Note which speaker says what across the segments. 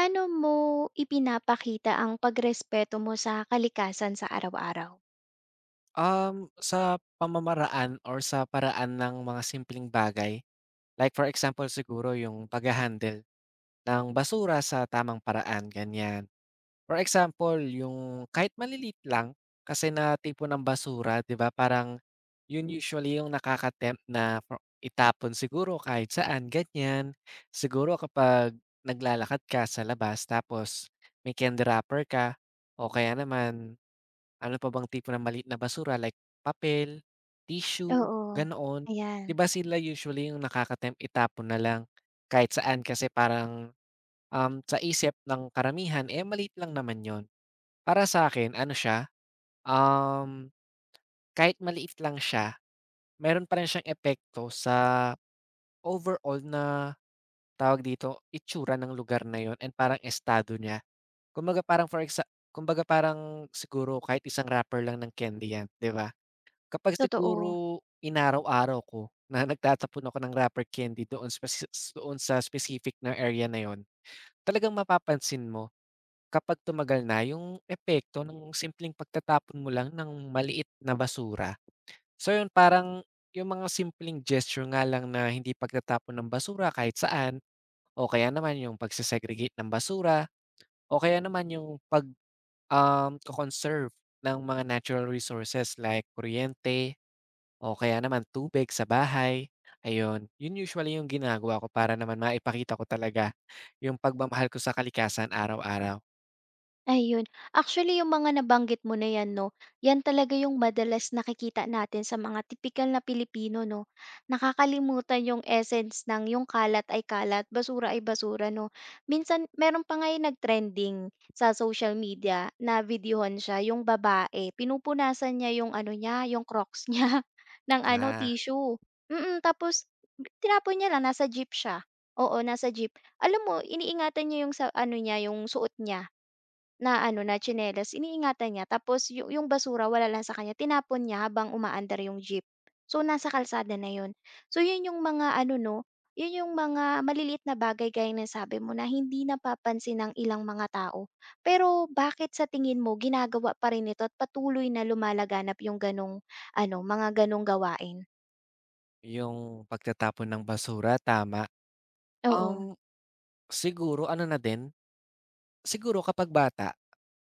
Speaker 1: Paano mo ipinapakita ang pagrespeto mo sa kalikasan sa araw-araw?
Speaker 2: Sa pamamaraan or sa paraan ng mga simpleng bagay, like for example siguro yung pagha-handle ng basura sa tamang paraan, ganyan. For example, yung kahit maliliit lang, kasi na tipo ng basura, 'di ba, parang yun usually yung nakaka-tempt na pro itapon siguro kahit saan, ganyan. Siguro kapag naglalakad ka sa labas tapos may candy wrapper ka o kaya naman ano pa bang tipo ng maliit na basura like papel, tissue,
Speaker 1: Oo,
Speaker 2: ganoon. 'Di
Speaker 1: ayan,
Speaker 2: ba sila usually yung nakaka-tempt itapon na lang kahit saan kasi parang sa isip ng karamihan, eh, maliit lang naman yon. Para sa akin ano siya, um, kahit maliit lang siya, meron pa rin siyang epekto sa overall na tawag dito, itsura ng lugar na yon, and parang estado niya. Kumbaga parang for exa kumbaga parang siguro kahit isang rapper lang ng candy 'yan, 'di ba? Kapag
Speaker 1: totoo.
Speaker 2: siguro inaraw-araw ko na nagtatapon ako ng rapper candy doon doon sa specific na area na yon. Talagang mapapansin mo kapag tumagal na yung epekto ng simpleng pagtatapon mo lang ng maliit na basura. So yun, parang yung mga simpleng gesture nga lang na hindi pagtatapon ng basura kahit saan o kaya naman yung pagse-segregate ng basura o kaya naman yung pag, conserve ng mga natural resources like kuryente o kaya naman tubig sa bahay, ayun. Yun usually yung ginagawa ko para naman maipakita ko talaga yung pagmamahal ko sa kalikasan araw-araw.
Speaker 1: Ayun. Actually, yung mga nabanggit mo na 'yan 'no, 'yan talaga yung madalas nakikita natin sa mga tipikal na Pilipino 'no. Nakakalimutan yung essence ng yung kalat ay kalat, basura ay basura 'no. Minsan meron pa nga yung nag-trending sa social media na videohan siya, yung babae pinupunasan niya yung ano niya, yung Crocs niya ng ano,
Speaker 2: Ah.
Speaker 1: tissue. Mm, tapos tinapon niya lang, nasa jeep siya. Oo, nasa jeep. Alam mo iniingatan niya yung sa ano niya, yung suot niya. Na ano, na tsinelas iniingatan niya tapos yung basura wala lang sa kanya tinapon niya habang umaandar yung jeep. So, nasa kalsada na yun. So, yun yung mga ano 'no, yun yung mga maliliit na bagay gaya ng sabi mo na hindi napapansin ng ilang mga tao. Pero bakit sa tingin mo ginagawa pa rin ito at patuloy na lumalaganap yung gano'ng ano, mga gano'ng gawain?
Speaker 2: Yung pagtatapon ng basura, tama.
Speaker 1: Oo,
Speaker 2: Um, siguro ano na din, siguro kapag bata,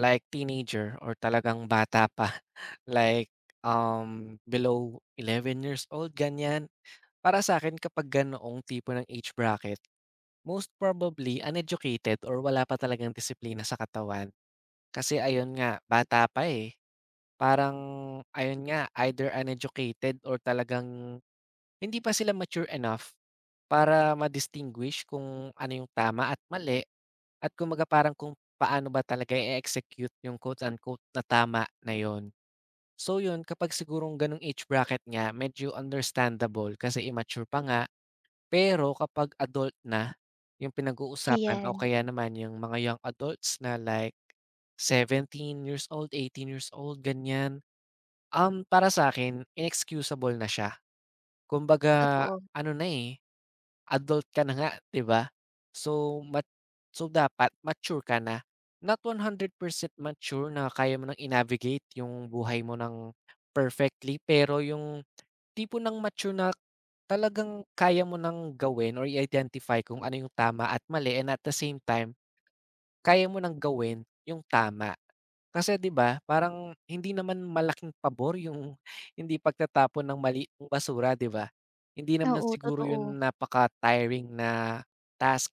Speaker 2: like teenager or talagang bata pa, like, below 11 years old, ganyan. Para sa akin kapag ganoong tipo ng age bracket, most probably uneducated or wala pa talagang disiplina sa katawan. Kasi ayun nga, bata pa, eh. Parang ayun nga, either uneducated or talagang hindi pa sila mature enough para ma-distinguish kung ano yung tama at mali at kumbaga parang kung paano ba talaga i-execute yung quotes unquote na tama na yon. So yun, kapag sigurong ganong age bracket nga, medyo understandable kasi immature pa nga. Pero kapag adult na yung pinag-uusapan o
Speaker 1: ayan,
Speaker 2: kaya naman yung mga young adults na like 17 years old, 18 years old, ganyan. Um, para sa akin, inexcusable na siya. Kumbaga
Speaker 1: totoo.
Speaker 2: ano na, eh, adult ka na nga, 'di ba? So, mat so dapat mature ka na. Not 100% mature na kaya mo ng i-navigate yung buhay mo ng perfectly, pero yung tipo ng mature na talagang kaya mo ng gawin or i-identify kung ano yung tama at mali and at the same time, kaya mo ng gawin yung tama. Kasi 'di ba, parang hindi naman malaking pabor yung hindi pagtatapon ng maliit basura, 'di ba? Hindi naman
Speaker 1: Oo,
Speaker 2: siguro yun
Speaker 1: totoo.
Speaker 2: napaka-tiring na task,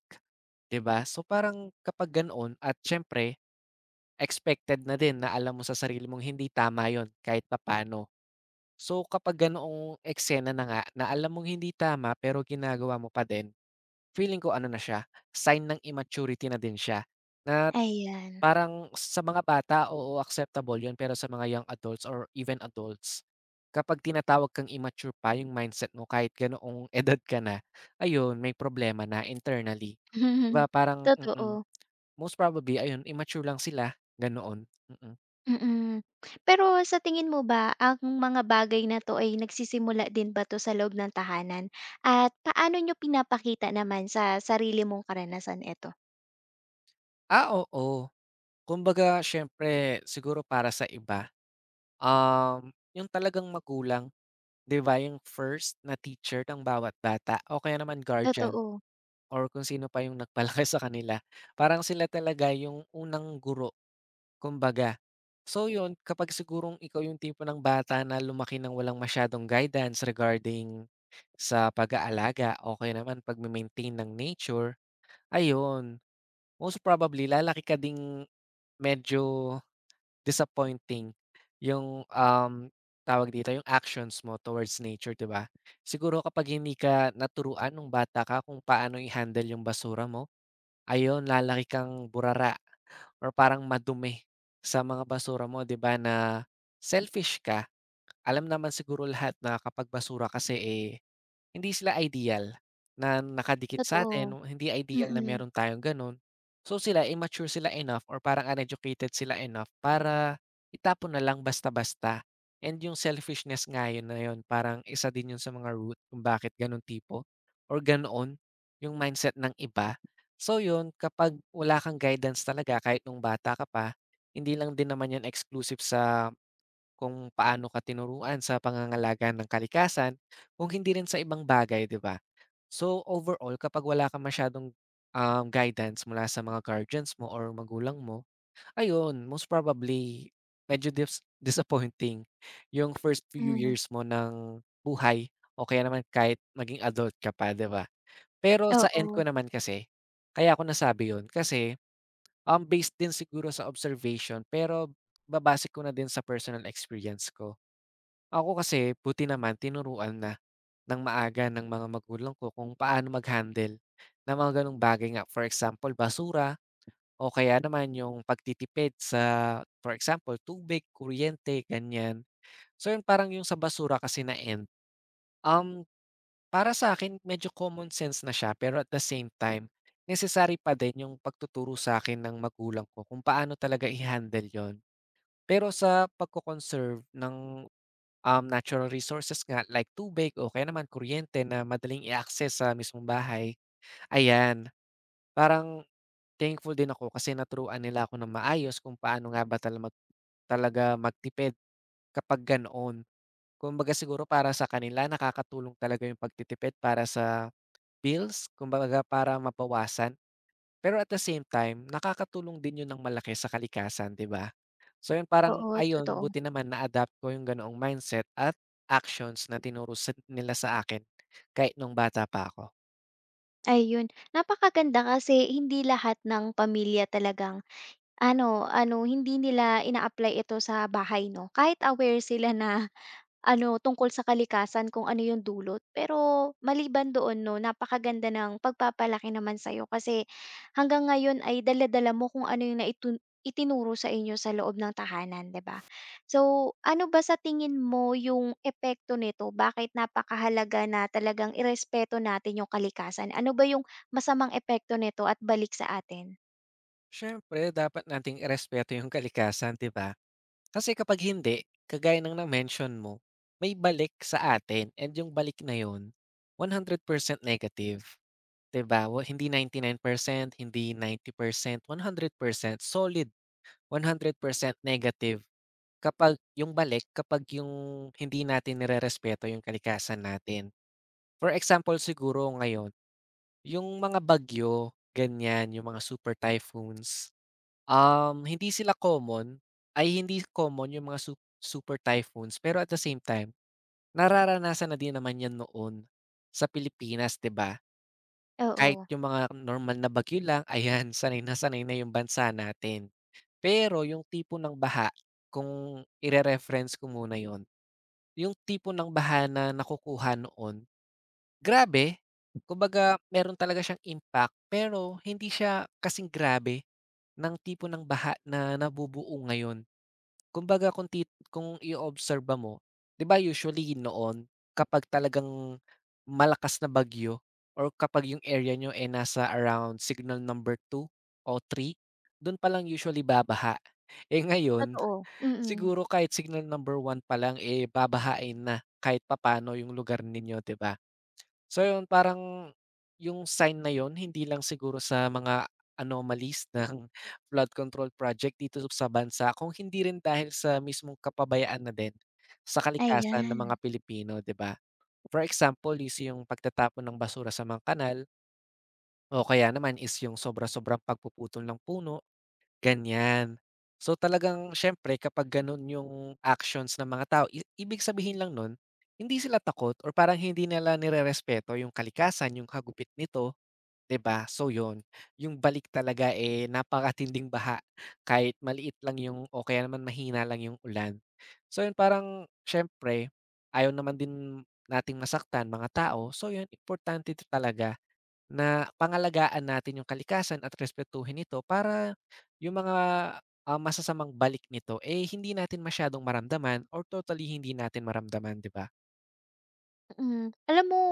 Speaker 2: 'di ba? So, parang kapag ganoon at siyempre expected na din na alam mo sa sarili mong hindi tama yun kahit papaano. So, kapag ganoong eksena na nga na alam mong hindi tama pero ginagawa mo pa din, feeling ko ano na siya, sign ng immaturity na din siya na
Speaker 1: Ayan.
Speaker 2: parang sa mga bata, oo, acceptable 'yun, pero sa mga young adults or even adults, kapag tinatawag kang immature pa yung mindset mo kahit ganoong edad ka na, ayun may problema na internally. 'Di ba parang
Speaker 1: Totoo.
Speaker 2: most probably ayun immature lang sila, ganoon, mm.
Speaker 1: Mm. Pero sa tingin mo ba ang mga bagay na 'to ay nagsisimula din ba 'to sa loob ng tahanan at paano niyo pinapakita naman sa sarili mong karanasan ito?
Speaker 2: Ah, oo, kumbaga siyempre siguro para sa iba, um, yung talagang magulang. 'Di ba yung first na teacher ng bawat bata o kaya naman guardian
Speaker 1: Totoo,
Speaker 2: or kung sino pa yung nagpalaki sa kanila. Parang sila talaga yung unang guro kumbaga. So yun, kapag sigurong ikaw yung tipo ng bata na lumaki ng walang masyadong guidance regarding sa pag-aalaga o kaya naman pag maintain ng nature, ayun, most probably lalaki ka ding medyo disappointing yung, tawag dito, yung actions mo towards nature, 'di ba? Siguro kapag hindi ka naturuan nung bata ka kung paano i-handle yung basura mo, ayun lalaki kang burara or parang madumi sa mga basura mo, 'di ba, na selfish ka. Alam naman siguro lahat na kapag basura kasi, eh, hindi sila ideal na nakadikit sa sa'tin,
Speaker 1: totoo.
Speaker 2: hindi ideal na
Speaker 1: Mm,
Speaker 2: meron tayong gano'n. So sila immature sila enough or parang uneducated sila enough para itapon na lang basta-basta. And yung selfishness nga yun na yun parang isa din yun sa mga root kung bakit gano'ng tipo or ganoon yung mindset ng iba. So yun, kapag wala kang guidance talaga kahit nung bata ka pa, hindi lang din naman yan exclusive sa kung paano ka tinuruan sa pangangalaga ng kalikasan, kung hindi rin sa ibang bagay, 'di ba? So, overall kapag wala ka masyadong, guidance mula sa mga guardians mo or magulang mo, ayun, most probably medyo disappointing yung first few
Speaker 1: hmm.
Speaker 2: years mo ng buhay o kaya naman kahit maging adult ka pa, 'di ba? Pero sa end ko
Speaker 1: Oo,
Speaker 2: naman kasi, kaya ako nasabi yun kasi, based din siguro sa observation pero babase ko na din sa personal experience ko. Ako kasi buti naman tinuruan na ng maaga ng mga magulang ko kung paano mag-handle ng mga gano'ng bagay nga. For example, basura o kaya naman yung pagtitipid sa for example, tubig, kuryente, ganyan. So yun parang yung sa basura kasi na end, um, para sa akin medyo common sense na siya pero at the same time, necessary pa din yung pagtuturo sa akin ng magulang ko kung paano talaga i-handle yun. Pero sa pagko-conserve ng natural resources nga like tubig o kaya naman kuryente na madaling i-access sa mismong bahay. Ayan, parang thankful din ako kasi naturuan nila ako ng maayos kung paano nga ba talaga magtipid kapag ganoon. Kumbaga siguro para sa kanila nakakatulong talaga yung pagtitipid para sa bills, kumbaga para mabawasan. Pero at the same time, nakakatulong din yun ng malaki sa kalikasan, di ba? So yun, parang
Speaker 1: oo,
Speaker 2: ayun,
Speaker 1: totoo.
Speaker 2: buti naman na-adapt ko yung ganoong mindset at actions na tinuro sa nila sa akin kahit nung bata pa ako.
Speaker 1: Ayun, napakaganda kasi hindi lahat ng pamilya talagang ano ano, hindi nila ina-apply ito sa bahay 'no, kahit aware sila na ano, tungkol sa kalikasan kung ano yung dulot. Pero maliban doon 'no, napakaganda ng pagpapalaki naman sa'yo kasi hanggang ngayon ay dala mo kung ano yung itinuro sa inyo sa loob ng tahanan, 'di ba? So, ano ba sa tingin mo yung epekto nito? Bakit napakahalaga na talagang irespeto natin yung kalikasan? Ano ba yung masamang epekto nito at balik sa atin?
Speaker 2: Siyempre dapat nating irespeto yung kalikasan, 'di ba? Kasi kapag hindi, kagaya ng na-mention mo, may balik sa atin and yung balik na yun, 100% negative, 'di ba? Wa- Hindi 99%, hindi 90%, 100% solid, 100% negative. Kapag yung balik kapag yung hindi natin nirerespeto yung kalikasan natin. For example siguro ngayon, yung mga bagyo, ganyan, yung mga super typhoons, hindi sila common, ay hindi common yung mga super typhoons pero at the same time, nararanasan na din naman yan noon sa Pilipinas, 'di ba? Kahit
Speaker 1: Oo,
Speaker 2: yung mga normal na bagyo lang, ayan, sanay na yung bansa natin. Pero yung tipo ng baha, kung ire-reference ko muna yon. Yung tipo ng bahana na nakukuha noon, grabe. Kumbaga meron talaga siyang impact, pero hindi siya kasing grabe ng tipo ng baha na nabubuo ngayon. Kumbaga kung tit kung i-oobserba mo, 'di ba usually noon kapag talagang malakas na bagyo or kapag yung area niyo, eh, nasa around signal number 2 o 3 dun palang usually babaha. Eh, ngayon
Speaker 1: totoo. Mm,
Speaker 2: siguro kahit signal number 1 pa lang, eh, babahain na kahit papaano yung lugar ninyo, 'di ba? So yun, parang yung sign na yun hindi lang siguro sa mga anomalies ng flood control project dito sa bansa, kung hindi rin dahil sa mismong kapabayaan na din sa kalikasan ng mga
Speaker 1: ayan.
Speaker 2: Pilipino, 'di ba? For example, is yung pagtatapon ng basura sa mga kanal o kaya naman is yung sobra-sobrang pagpuputol ng puno. Ganyan. So, talagang siyempre kapag gano'n yung actions ng mga tao, ibig sabihin lang nun hindi sila takot or parang hindi nila nirerespeto yung kalikasan, yung hagupit nito, 'di ba? So 'yun, yung balik talaga, eh, napakatinding baha kahit maliit lang yung o kaya naman mahina lang yung ulan. So 'yun, parang siyempre ayaw naman din nating masaktan mga tao, so 'yun, importante ito talaga na pangalagaan natin yung kalikasan at respetuhin ito para yung mga, ah, masasamang balik nito, eh, hindi natin masyadong maramdaman or totally hindi natin maramdaman, 'di ba?
Speaker 1: Mm. Alam mo,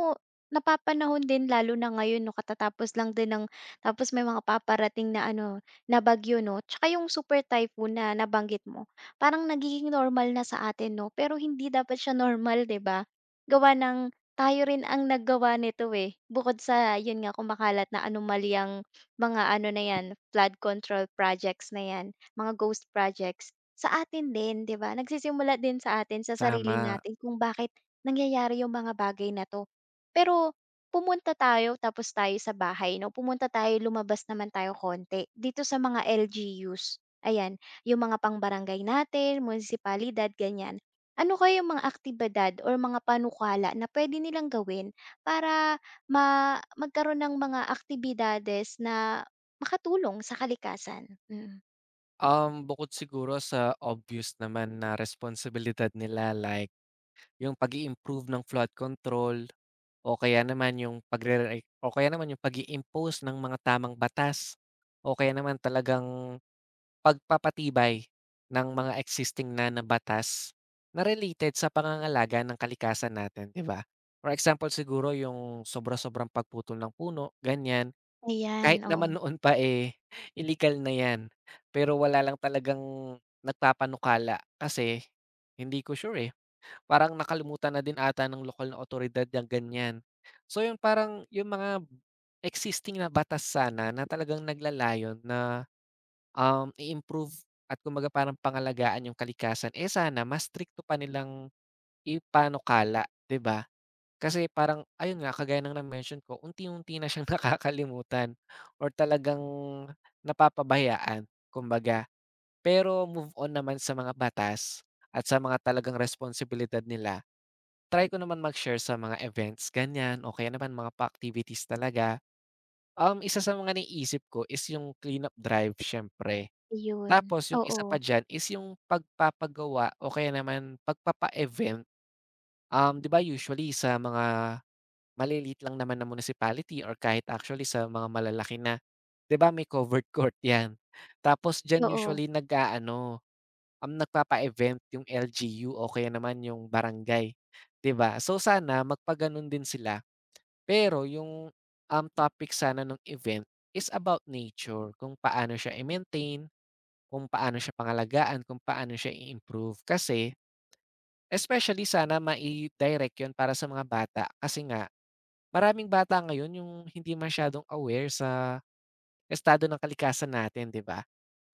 Speaker 1: napapanahon din lalo na ngayon 'no, katatapos lang din ng tapos may mga paparating na ano, na bagyo 'no, tsaka yung super typhoon na nabanggit mo. Parang nagiging normal na sa atin 'no, pero hindi dapat siya normal, 'di ba? Gawa ng tayo rin ang naggawa nito, eh. Bukod sa yun nga, kumakalat na anomalyang mga ano na 'yan, flood control projects na 'yan, mga ghost projects, sa atin din, 'di ba? Nagsisimula din sa atin, sa sarili
Speaker 2: Tama.
Speaker 1: natin kung bakit nangyayari yung mga bagay na 'to. Pero pumunta tayo tapos tayo sa bahay 'no, pumunta tayo, lumabas naman tayo konti dito sa mga LGUs, ayan, yung mga pang-barangay natin, munisipalidad, ganyan. Ano kaya yung mga aktibidad or mga panukala na puwede nilang gawin para magkaroon ng mga aktibidades na makatulong sa kalikasan? Mm.
Speaker 2: Bukod siguro sa obvious naman na responsibilidad nila like yung pag improve ng flood control o kaya naman yung o kaya naman yung pag impose ng mga tamang batas o kaya naman talagang pagpapatibay ng mga existing na na batas na related sa pangangalaga ng kalikasan natin, 'di ba? For example siguro yung sobra-sobrang pagputol ng puno, ganyan.
Speaker 1: Ayan,
Speaker 2: Kahit
Speaker 1: oo,
Speaker 2: naman noon pa, eh, illegal na 'yan, pero wala lang talagang nagpapanukala kasi hindi ko sure, eh, parang nakalimutan na din ata ng lokal na awtoridad yung ganyan. So, yun parang yung mga existing na batas sana na talagang naglalayon na i-improve at kumbaga parang pangalagaan yung kalikasan, eh, sana mas strikto pa nilang ipanukala, 'di ba? Kasi parang ayun nga, kagaya ng na-mention ko, unti-unti na siyang nakakalimutan or talagang napapabayaan kumbaga. Pero move on naman sa mga batas at sa mga talagang responsibilidad nila, try ko naman mag-share sa mga events, ganyan, o kaya naman mga pa-activities talaga. Isa sa mga naiisip ko is yung cleanup drive siyempre.
Speaker 1: ayun,
Speaker 2: Tapos yung isa pa
Speaker 1: oo,
Speaker 2: diyan is yung pagpapagawa o kaya naman pagpapa-event. 'Di ba usually sa mga maliliit lang naman na municipality or kahit actually sa mga malalaki na, 'di ba may covered court 'yan. Tapos diyan
Speaker 1: oo.
Speaker 2: usually nag-aano, nagpapa-event yung LGU o kaya naman yung barangay, 'di ba? So sana magpagano'n din sila, pero yung, topic sana ng event is about nature, kung paano siya i-maintain kung paano siya pangalagaan, kung paano siya i-improve. Kasi especially sana mai-direct 'yun para sa mga bata kasi nga maraming bata ngayon yung hindi masyadong aware sa estado ng kalikasan natin, 'di ba?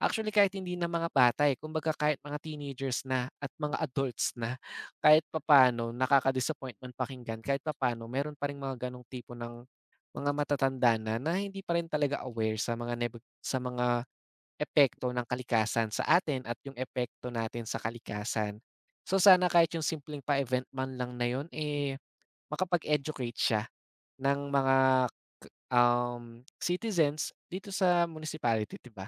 Speaker 2: Actually kahit hindi na mga bata, eh, kumbaga kahit mga teenagers na at mga adults na kahit papaano nakaka-disappoint man pakinggan, kahit papaano meron pa ring mga gano'ng tipo ng mga matatanda na, na hindi pa rin talaga aware sa mga epekto ng kalikasan sa atin at yung epekto natin sa kalikasan. So sana kahit yung simpleng pa-event man lang na yun, eh, makapag-educate siya ng mga, citizens dito sa municipality, 'di ba?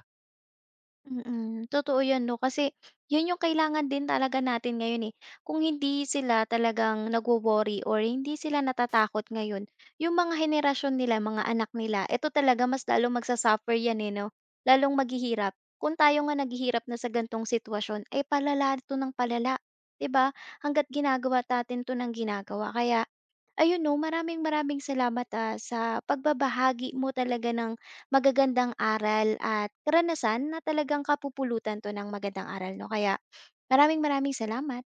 Speaker 1: Mm, totoo 'yan 'no, kasi 'yun yung kailangan din talaga natin ngayon, eh. Kung hindi sila talagang nagwo-worry or hindi sila natatakot ngayon, yung mga henerasyon nila, mga anak nila, eto talaga mas lalong magsa-suffer 'yan, eh, 'no, lalong maghihirap. Kung tayo nga naghihirap na sa ganitong sitwasyon, eh, palala 'to ng palala, 'di ba? Hangga't ginagawa natin 'to ng ginagawa kaya ayun 'no, maraming-maraming salamat, ah, sa pagbabahagi mo talaga ng magagandang aral at karanasan na talagang kapupulutan 'to ng magandang aral 'no, kaya maraming-maraming salamat.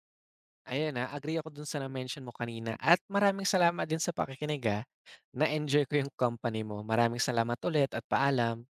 Speaker 2: Ayan, ah, agree ako dun sa na-mention mo kanina at maraming salamat din sa pakikinig, ah. Na-enjoy ko yung company mo. Maraming salamat ulit at paalam.